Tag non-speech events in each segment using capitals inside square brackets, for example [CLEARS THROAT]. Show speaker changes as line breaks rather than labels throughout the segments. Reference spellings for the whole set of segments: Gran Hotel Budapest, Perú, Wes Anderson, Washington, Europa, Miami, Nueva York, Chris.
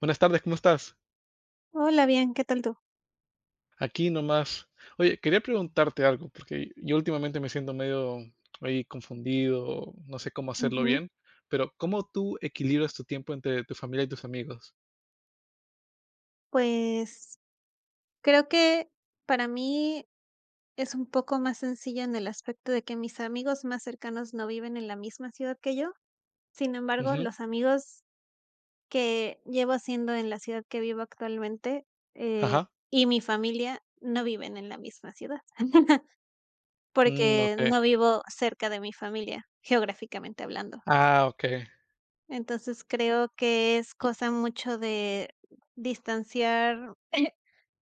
Buenas tardes, ¿cómo estás?
Hola, bien, ¿qué tal tú?
Aquí nomás. Oye, quería preguntarte algo, porque yo últimamente me siento medio ahí confundido, no sé cómo hacerlo
Ujú.
bien, pero ¿cómo tú equilibras tu tiempo entre tu familia y tus amigos?
Pues, creo que para mí es un poco más sencillo en el aspecto de que mis amigos más cercanos no viven en la misma ciudad que yo. Sin embargo,
Ujú.
los amigos que llevo haciendo en la ciudad que vivo actualmente, eh,
Ajá.
y mi familia no viven en la misma ciudad, [LAUGHS]
Mm,
porque
ok.
no vivo cerca de mi familia, geográficamente hablando.
Ah, ok.
Entonces, creo que es cosa mucho de distanciar [CLEARS THROAT]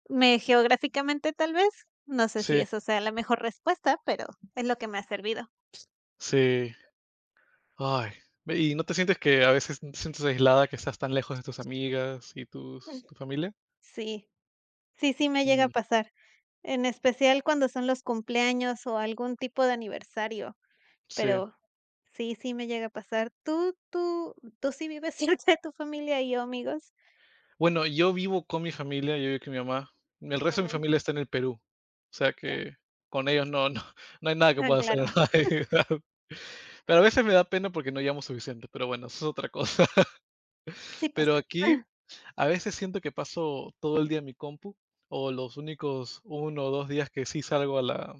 me geográficamente, tal vez, no sé si
Sí,
eso sea la mejor respuesta, pero es lo que me ha servido.
sí. Ay, ve, ¿y no te sientes que a veces te sientes aislada, que estás tan lejos de tus amigas y tu familia?
Sí, sí, sí me llega a
Mm,
pasar, en especial cuando son los cumpleaños o algún tipo de aniversario,
sí.
pero sí, sí me llega a pasar. ¿Tú sí vives [LAUGHS] cerca de tu familia y o amigos?
Bueno, yo vivo con mi familia, yo vivo con mi mamá. El resto de mi
Ujú,
familia está en el Perú. O sea
ya.
que con ellos no no hay nada que
Ah,
pueda hacer,
claro,
[LAUGHS] ¿no? Pero a veces me da pena porque no llamo suficiente, pero bueno, eso es otra cosa. [LAUGHS]
sí pasa.
Pero aquí,
[LAUGHS]
a veces siento que paso todo el día en mi compu, o los únicos uno o 2 días que sí salgo a la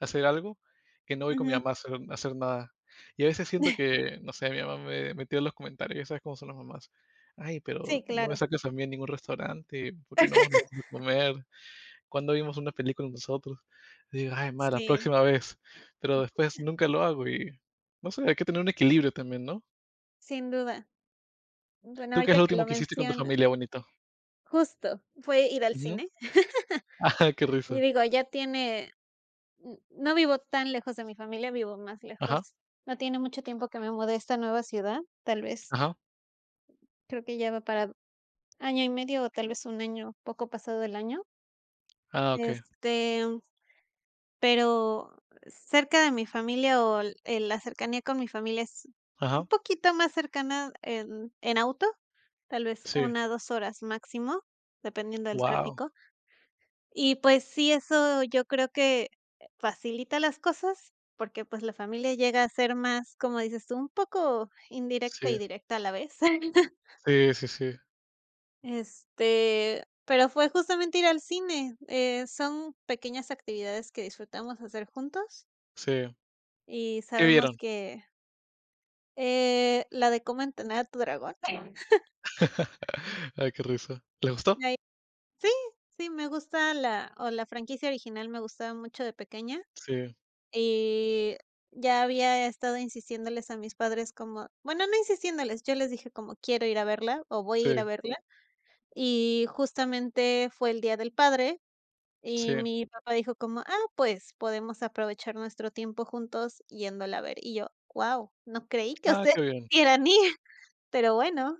hacer algo, que no voy con mi
Ujú.
mamá a hacer nada. Y a veces siento
[LAUGHS]
que, no sé, mi mamá me metió en los comentarios, ya sabes cómo son las mamás. Ay, pero
Sí,
no me
claro.
sacas a mí a ningún restaurante, porque no, no vamos a comer. ¿Cuándo vimos una película nosotros? Y digo, ay, ma, la
Sí,
próxima vez. Pero después nunca lo hago y no sé, hay que tener un equilibrio también, ¿no?
sin duda. Bueno,
¿Tú qué es
ahorita
lo
que
último
lo
que hiciste con tu
mencionas,
familia, bonito?
justo, ¿fue ir al
Ujú.
cine?
[LAUGHS] Ajá, qué
Y
risa.
digo, ya tiene n no vivo tan lejos de mi familia, vivo más
Ajá,
lejos. No tiene mucho tiempo que me mudé a esta nueva ciudad, tal vez,
ajá.
creo que ya va para año y medio, o tal vez un año, poco pasado el año.
Ah, okey.
Este, pero cerca de mi familia, o l la cercanía con mi familia es un
Ajá.
poquito más cercana en auto, tal vez
Sí.
una 2 horas máximo, dependiendo del
Wow.
tráfico. Y pues sí, eso yo creo que facilita las cosas, porque pues la familia llega a ser más, como dices tú, un poco indirecta
Sí.
y directa a la vez. [LAUGHS]
Sí, sí, sí,
Este, pero fue justamente ir al cine. Son pequeñas actividades que disfrutamos hacer juntos
sí.
y
¿Qué vieron?
sabemos que la de cómo entrenar a tu dragón. [LAUGHS]
[LAUGHS] Ay, qué risa. ¿Les gustó?
Ay, sí, sí, me gusta la, o la franquicia original me gustaba mucho de pequeña.
Sí,
Y ya había estado insistiéndoles a mis padres como bueno, no insistiéndoles, yo les dije como: "Quiero ir a verla o voy a ir
sí,
a verla". Sí. Y justamente fue el Día del Padre, y
sí.
mi papá dijo como: "Ah, pues podemos aprovechar nuestro tiempo juntos yéndola a ver". Y yo: wow no creí que
Ah,
ustedes
qué bien.
quisieran ir", [LAUGHS] pero bueno.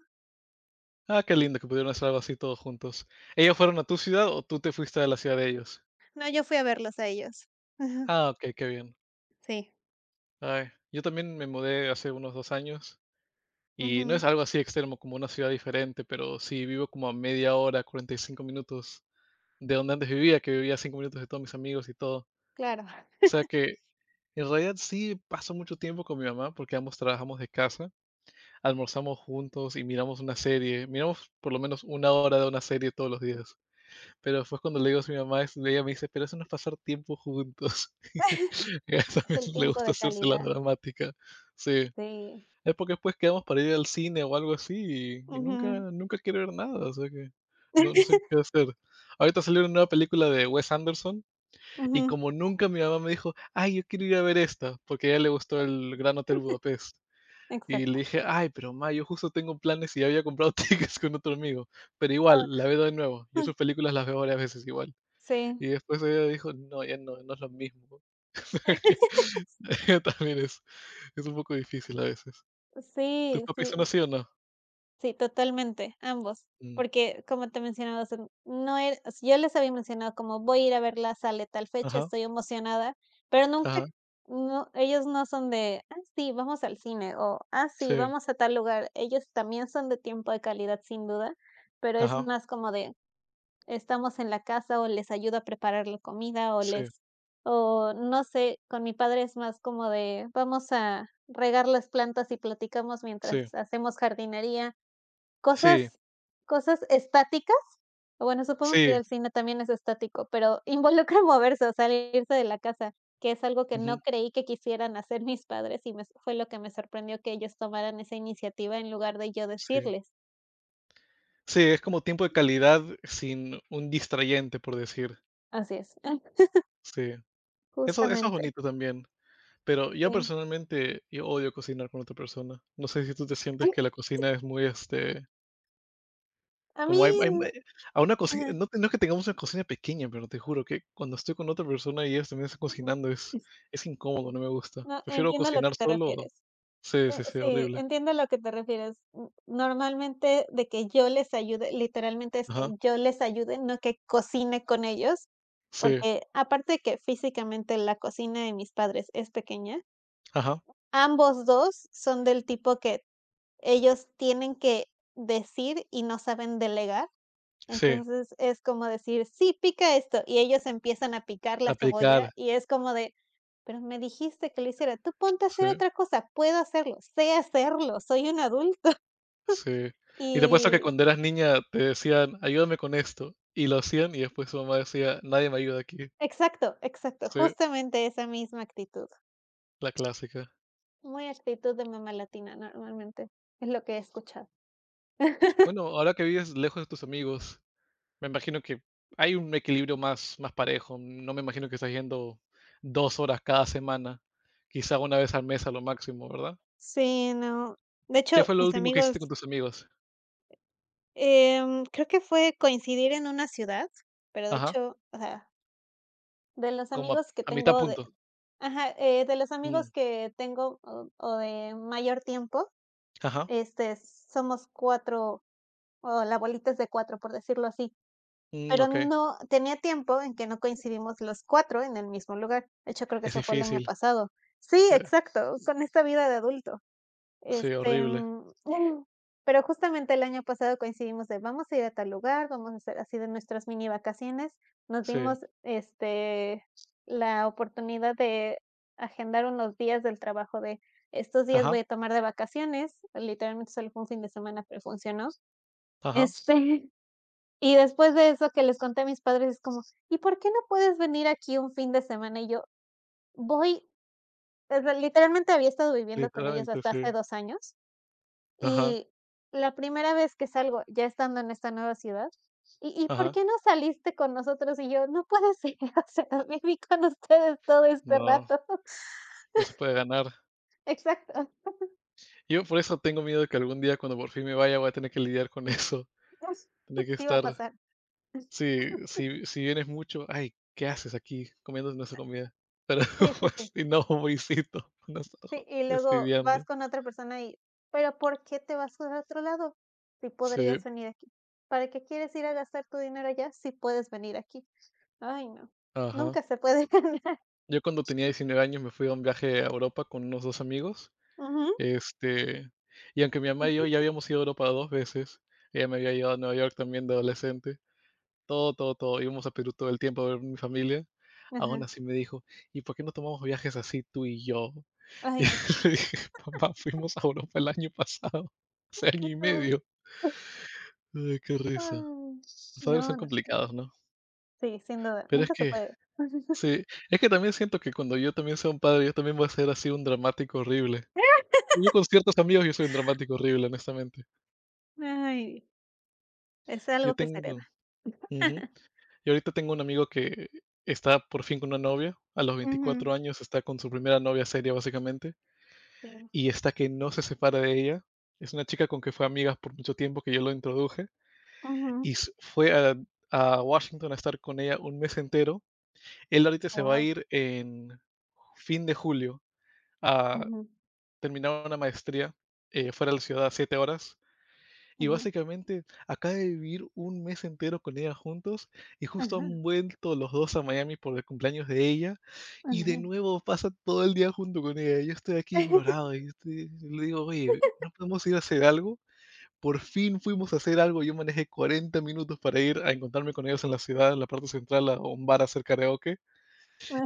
Ah, qué lindo que pudieron hacer algo así todos juntos. ¿Ellos fueron a tu ciudad o tú te fuiste a la ciudad de ellos?
No, yo fui a verlos a ellos. Ujú.
Ah, okey, qué bien.
Sí.
Ay, yo también me mudé hace unos 2 años, y no es
Ujú.
algo así extremo, como una ciudad diferente, pero sí vivo como a media hora, 45 minutos de donde antes vivía, que vivía a 5 minutos de todos mis amigos y todo.
Claro.
O sea que, en realidad sí paso mucho tiempo con mi mamá, porque ambos trabajamos de casa. Almorzamos juntos y miramos una serie. Miramos por lo menos una hora de una serie todos los días. Pero después cuando le digo a mi mamá, ella me dice, pero eso no es pasar tiempo juntos.
[LAUGHS]
[LAUGHS] Ella
Es
también
el
le
tiempo
gusta
de
hacerse la
calidad.
dramática. Sí.
Sí.
Es porque después quedamos para ir al cine o algo así y,
Ujú.
nunca quiere ver nada. O sea que no, no sé
[LAUGHS]
qué hacer. Ahorita salió una nueva película de Wes Anderson y
Ujú.
como nunca mi mamá me dijo, ay, yo quiero ir a ver esta, porque a ella le gustó el Gran Hotel Budapest. Y
Exacto.
le dije: "Ay, pero ma, yo justo tengo planes y ya había comprado [LAUGHS] tickets con otro amigo". Pero
Ah.
igual, la veo de nuevo. Yo sus
[LAUGHS]
películas las veo varias veces igual. Y
Sí,
después ella dijo: "No, ya no, no es lo mismo". [LAUGHS] También es un poco difícil a veces. ¿Tus
sí,
papis
sí,
son así o no?
sí, totalmente, ambos.
Mm.
Porque como te mencionaba, o sea, no era o sea, yo les había mencionado como voy a ir a verla, sale tal fecha,
Ajá,
estoy emocionada, pero nunca,
ajá,
no, ellos no son de, ah, sí, vamos al cine o, ah, sí,
sí,
vamos a tal lugar. Ellos también son de tiempo de calidad, sin duda, pero es
ajá,
más como de estamos en la casa o les ayudo a preparar la comida o
sí,
les o no sé, con mi padre es más como de vamos a regar las plantas y platicamos mientras
sí,
hacemos jardinería,
sí,
cosas cosas estáticas. O bueno, supongo que
sí,
el cine también es estático, pero involucra [LAUGHS] moverse, o salirse de la casa, que es algo que no
ujú,
creí que quisieran hacer mis padres y me fue lo que me sorprendió que ellos tomaran esa iniciativa en lugar de yo
sí.
decirles.
Sí, es como tiempo de calidad sin un distrayente, por decir.
Así es, [LAUGHS]
Sí. Eso es
justamente,
bonito también. Pero yo
sí.
personalmente, yo odio cocinar con otra persona. No sé si tú te sientes que la cocina es muy,
A mí.
como hay mue a una cocina,
Ajá.
no es que tengamos una cocina pequeña, pero te juro que cuando estoy con otra persona y ellos también están
Ujú.
cocinando es incómodo, no me gusta.
No,
Prefiero
entiendo a lo que
cocinar
te
solo.
refieres.
Sí, sí, sí,
Sí,
horrible.
entiendo a lo que te refieres. N normalmente, de que yo les ayude, literalmente es que
Ajá,
yo les ayude, no que cocine con ellos,
sí,
porque aparte de que físicamente la cocina de mis padres es pequeña,
ajá,
ambos 2 son del tipo que ellos tienen que decir y no saben delegar.
sí,
Entonces, es como decir: "Sí, pica esto", y ellos empiezan a picar la
aplicar,
cebolla, y es como de: "Pero me dijiste que lo hiciera, tú ponte a
sí,
hacer otra cosa, puedo hacerlo, sé hacerlo, soy un adulto". [LAUGHS]
sí. Y te apuesto que
Y
cuando eras niña te decían: "Ayúdame con esto", y lo hacían, y después tu mamá decía: "Nadie me ayuda aquí".
exacto, exacto,
Sí,
justamente esa misma actitud,
la clásica.
muy actitud de mamá latina normalmente, es lo que he escuchado.
Bueno, ahora que vives lejos de tus amigos, me imagino que hay un equilibrio más parejo. No me imagino que estás yendo dos horas cada semana, quizá una vez al mes a lo máximo, ¿verdad?
Sí, no. De
¿Qué
hecho,
fue lo
mis
último que
amigos,
hiciste con tus amigos?
creo que fue coincidir en una ciudad, pero de
Ajá,
hecho, o sea, de los
como
amigos que
a mitad
tengo de
punto.
ajá, de los amigos
Mm,
que tengo o de mayor tiempo,
ajá,
este, somos 4 o la bolita es de 4 por decirlo así,
mm,
pero
ok.
no tenía tiempo en que no coincidimos los 4 en el mismo lugar. De hecho, creo que
Es
eso fue el año
difícil,
pasado. Sí,
sí,
exacto, con esta vida de adulto.
sí,
Este,
horrible,
mm, [LAUGHS] pero justamente el año pasado coincidimos de vamos a ir a tal lugar, vamos a hacer así de nuestras mini vacaciones. Nos
sí.
dimos, este, la oportunidad de agendar unos días del trabajo de estos días
Ajá,
voy a tomar de vacaciones, literalmente solo fue un fin de semana, pero funcionó.
ajá,
Este, y después de eso que les conté a mis padres, es como, ¿y por qué no puedes venir aquí un fin de semana? Y yo voy, o sea, literalmente había estado viviendo con ellos
literalmente,
hasta
sí.
hace 2 años.
Ajá,
Y la primera vez que salgo, ya estando en esta nueva ciudad: "¿Y por
ajá.
qué no saliste con nosotros?". Y yo: "No puede ser, [LAUGHS] o sea, viví con ustedes todo este
No,
rato". [LAUGHS]
no se puede ganar.
Exacto.
Yo por eso tengo miedo de que algún día cuando por fin me vaya voy a tener que lidiar con [LAUGHS] eso.
[LAUGHS]
Tener que
Sí va a
estar
pasar.
sí, si si vienes mucho, ay, ¿qué haces aquí comiendo nuestra comida? Pero
Sí,
[LAUGHS]
sí,
pues,
sí.
si no, pobrecito, [LAUGHS] nos
Sí, y luego vas
fastidiando.
con otra persona y: "¿Pero por qué te vas a otro lado? Si
Sí,
podrías venir aquí. ¿Para qué quieres ir a gastar tu dinero allá si puedes venir aquí?". Ay, no.
ajá.
Nunca se puede [LAUGHS] ganar.
Yo cuando tenía 19 años me fui a un viaje a Europa con unos 2 amigos,
Ujú,
este, y aunque mi mamá y yo ya
ujú.
habíamos ido a Europa 2 veces, ella me había llevado a Nueva York también de adolescente, todo, íbamos a Perú todo el tiempo a ver mi familia,
Ajá.
aún así me dijo: "¿Y por qué no tomamos viajes así tú y yo?".
Ay,
Y
no.
[LAUGHS] le dije: "Papá, fuimos a Europa el año pasado, hace
¿Y
año y
tú?
medio". Ay, qué risa.
Ay,
Los
no,
padres son
no.
complicados, ¿no?
Sí, sin duda,
Pero es
nunca se
que
puede.
sí, es que también siento que cuando yo también sea un padre, yo también voy a ser así un dramático horrible. Yo con ciertos amigos, yo soy un dramático horrible, honestamente.
Ay, es
Yo
algo que se
tengo
hereda.
ujú.
[LAUGHS]
Yo ahorita tengo un amigo que está por fin con una novia, a los 24
Ujú,
años está con su primera novia seria, básicamente,
sí.
y está que no se separa de ella. Es una chica con que fue amigas por mucho tiempo, que yo lo introduje. Y
Ujú.
a Washington a estar con ella un mes entero. Él ahorita se va a
Guau.
ir en fin de julio a
Ujú.
terminar una maestría fuera de la ciudad, 7 horas. Y
Ajá,
básicamente acaba de vivir un mes entero con ella juntos y justo han
ajá,
vuelto los dos a Miami por el cumpleaños de ella y de
ajá.
nuevo pasa todo el día junto con ella. Yo estoy aquí
[LAUGHS]
ignorado y le digo, oye, ¿no podemos ir a hacer algo? Por fin fuimos a hacer algo. Yo manejé 40 minutos para ir a encontrarme con ellos en la ciudad, en la parte central, a un bar a hacer karaoke.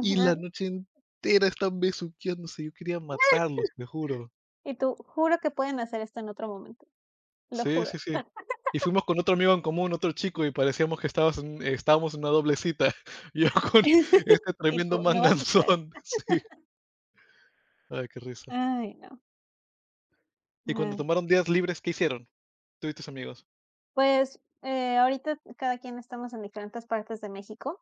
Y la noche entera están besuqueándose. Yo quería matarlos, te juro.
Y tú, juro que pueden hacer esto en otro momento, lo
Sí,
juro.
sí, sí. Y fuimos con otro amigo en común, otro chico, y parecíamos que estabas en estábamos en una doble cita. [LAUGHS] Yo con
[LAUGHS]
este
Y
tremendo
tú, no va a suceder.
manganzón. [LAUGHS] Sí. Ay, qué risa.
Ay, no.
Y cuando
Ay.
tomaron días libres, ¿qué hicieron? Tú y tus amigos.
Pues, ahorita cada quien estamos en diferentes partes de México,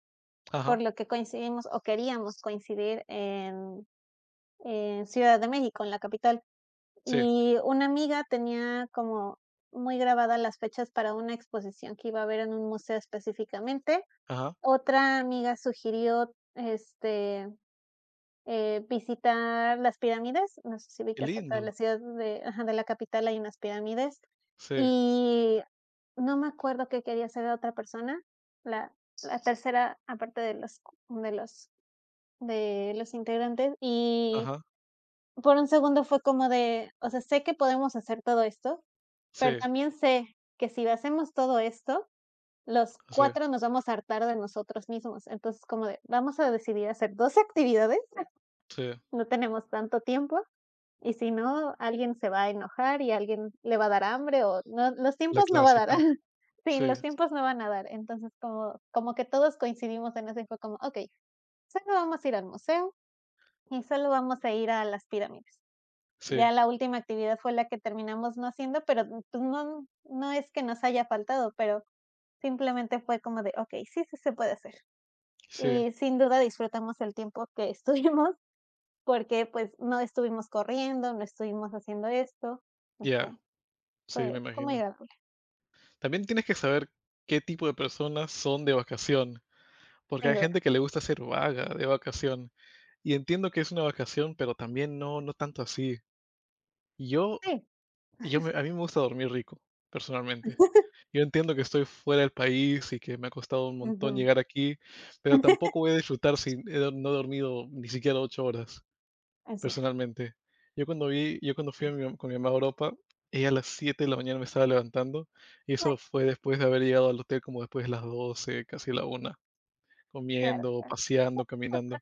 Ajá.
por lo que coincidimos o queríamos coincidir en Ciudad de México, en la capital.
Sí.
Y una amiga tenía como muy grabadas las fechas para una exposición que iba a haber en un museo específicamente.
Ajá.
Otra amiga sugirió, este, visitar las pirámides. No sé si vi
Qué
que cerca de la
lindo.
ciudad de ajá, de la capital hay unas pirámides.
Sí.
Y no me acuerdo qué quería hacer la otra persona, la la tercera, aparte de los de los integrantes. Y
Ajá.
por un segundo fue como de, o sea, sé que podemos hacer todo esto, pero
Sí.
también sé que si hacemos todo esto, los
Sí.
cuatro nos vamos a hartar de nosotros mismos. Entonces, como de, vamos a decidir hacer 2 actividades,
Sí.
no tenemos tanto tiempo, y si no, alguien se va a enojar y alguien le va a dar hambre o no, los
La
tiempos no va a dar.
clásica,
[LAUGHS] Sí,
sí,
los tiempos no van a dar. Entonces, como que todos coincidimos en eso y fue como: "Okey, solo vamos a ir al museo y solo vamos a ir a las pirámides".
sí,
Ya la última actividad fue la que terminamos no haciendo, pero, pues, no no es que nos haya faltado, pero simplemente fue como de: "Okey, sí, sí se puede hacer".
sí,
Y sin duda disfrutamos el tiempo que [LAUGHS] estuvimos, porque, pues, no estuvimos corriendo, no estuvimos haciendo esto. O sea,
ya, sí, me
fue muy
imagino.
agradable,
También tienes que saber qué tipo de personas son de vacación, porque
sin
hay
duda.
gente que le gusta ser vaga de vacación, y entiendo que es una vacación, pero también no tanto así. Yo
Sí.
yo me a mí me gusta dormir rico, personalmente.
[LAUGHS]
Yo entiendo que estoy fuera del país y que me ha costado un montón
Ujú.
llegar aquí, pero tampoco
[LAUGHS]
voy a disfrutar si no he dormido ni siquiera 8 horas.
Así es,
Personalmente, yo cuando fui
sí.
a mi mam con mi mamá a Europa, ella a las 7 de la mañana me estaba levantando, y eso
Bueno,
fue después de haber llegado al hotel como después de las 12 casi la una
claro,
comiendo,
claro.
paseando, caminando.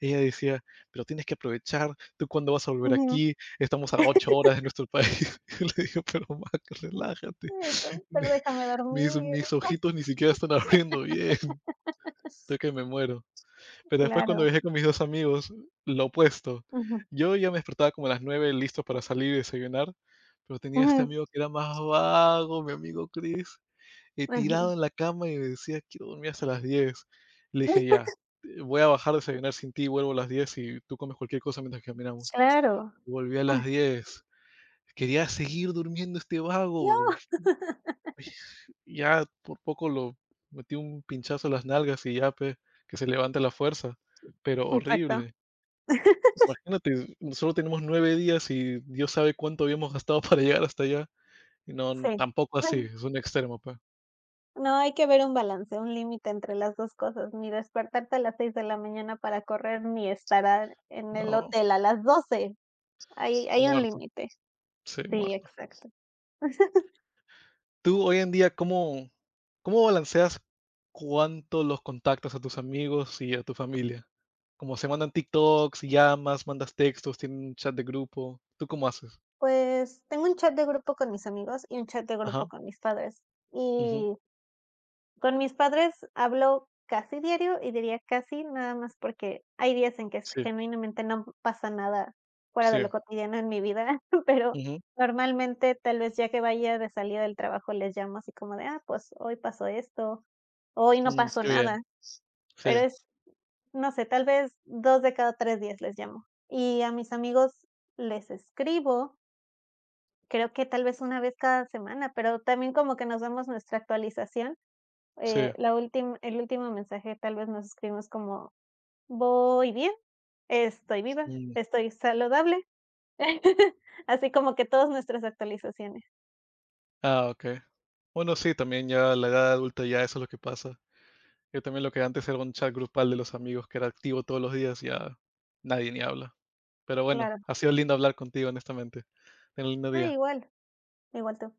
Ella decía: "Pero tienes que aprovechar, ¿tú cuándo vas a volver
Ujú.
aquí? Estamos a 8 horas de nuestro país". [LAUGHS] Yo le digo: "Pero ma,
[LAUGHS]
relájate,
Ay, no, pero
[LAUGHS]
déjame dormir.
mis ojitos ni siquiera están [LAUGHS] abriendo bien, estoy que
[LAUGHS]
me muero". Pero después cuando
Claro.
viajé con mis 2 amigos, lo opuesto.
Ujú.
Yo ya me despertaba como a las 9 listo para salir y desayunar, pero tenía este
Ujú.
amigo que era más vago, mi amigo Chris,
Ujú.
tirado en la cama y me decía: "Quiero dormir hasta las diez". Le dije:
[LAUGHS]
"Ya, voy a bajar a desayunar sin ti, vuelvo a las diez y tú comes cualquier cosa mientras caminamos".
Claro.
Volví a las diez. Quería seguir durmiendo este vago.
No.
[SIGHS] Ya por poco lo metí un pinchazo en las nalgas y ya, pues, que se levante la fuerza, pero
Exacto.
horrible. Imagínate, solo tenemos 9 días y Dios sabe cuánto habíamos gastado para llegar hasta allá. Y no,
Sí.
tampoco así, es un extremo, pues.
No, hay que ver un balance, un límite entre las 2 cosas, ni despertarte a las 6 de la mañana para correr, ni estar a en el
No,
hotel a las 12. Hay un
muerto,
límite.
sí,
Sí,
muerto.
exacto. [LAUGHS]
Tú hoy en día, ¿cómo, cómo balanceas cuánto los contactas a tus amigos y a tu familia? Como se mandan TikToks, llamas, mandas textos, tienen un chat de grupo. ¿Tú cómo haces?
Pues, tengo un chat de grupo con mis amigos y un chat de grupo
Ajá,
con mis padres,
ujú,
y con mis padres hablo casi diario y diría casi, nada más porque hay días en que s
sí,
genuinamente no pasa nada fuera de
sí,
lo cotidiano en mi vida, [LAUGHS] pero
ujú,
normalmente, tal vez ya que vaya de salida del trabajo, les llamo así como de: "Ah, pues hoy pasó esto, hoy no
mm,
pasó
qué bien,
nada",
sí,
pero es, no sé, tal vez 2 de cada 3 días les llamo. Y a mis amigos les escribo, creo que tal vez una vez cada semana, pero también como que nos damos nuestra actualización
sí,
la última el último mensaje tal vez nos escribimos como: "Voy bien, estoy viva,
mm,
estoy saludable". [LAUGHS] Así como que todas nuestras actualizaciones,
ah, okey. Bueno, sí, también ya la edad adulta ya eso es lo que pasa. Yo también lo que antes era un chat grupal de los amigos que era activo todos los días, ya nadie ni habla. Pero bueno,
claro.
ha sido lindo hablar contigo, honestamente. Ten un lindo
Ah,
día.
igual, igual tú.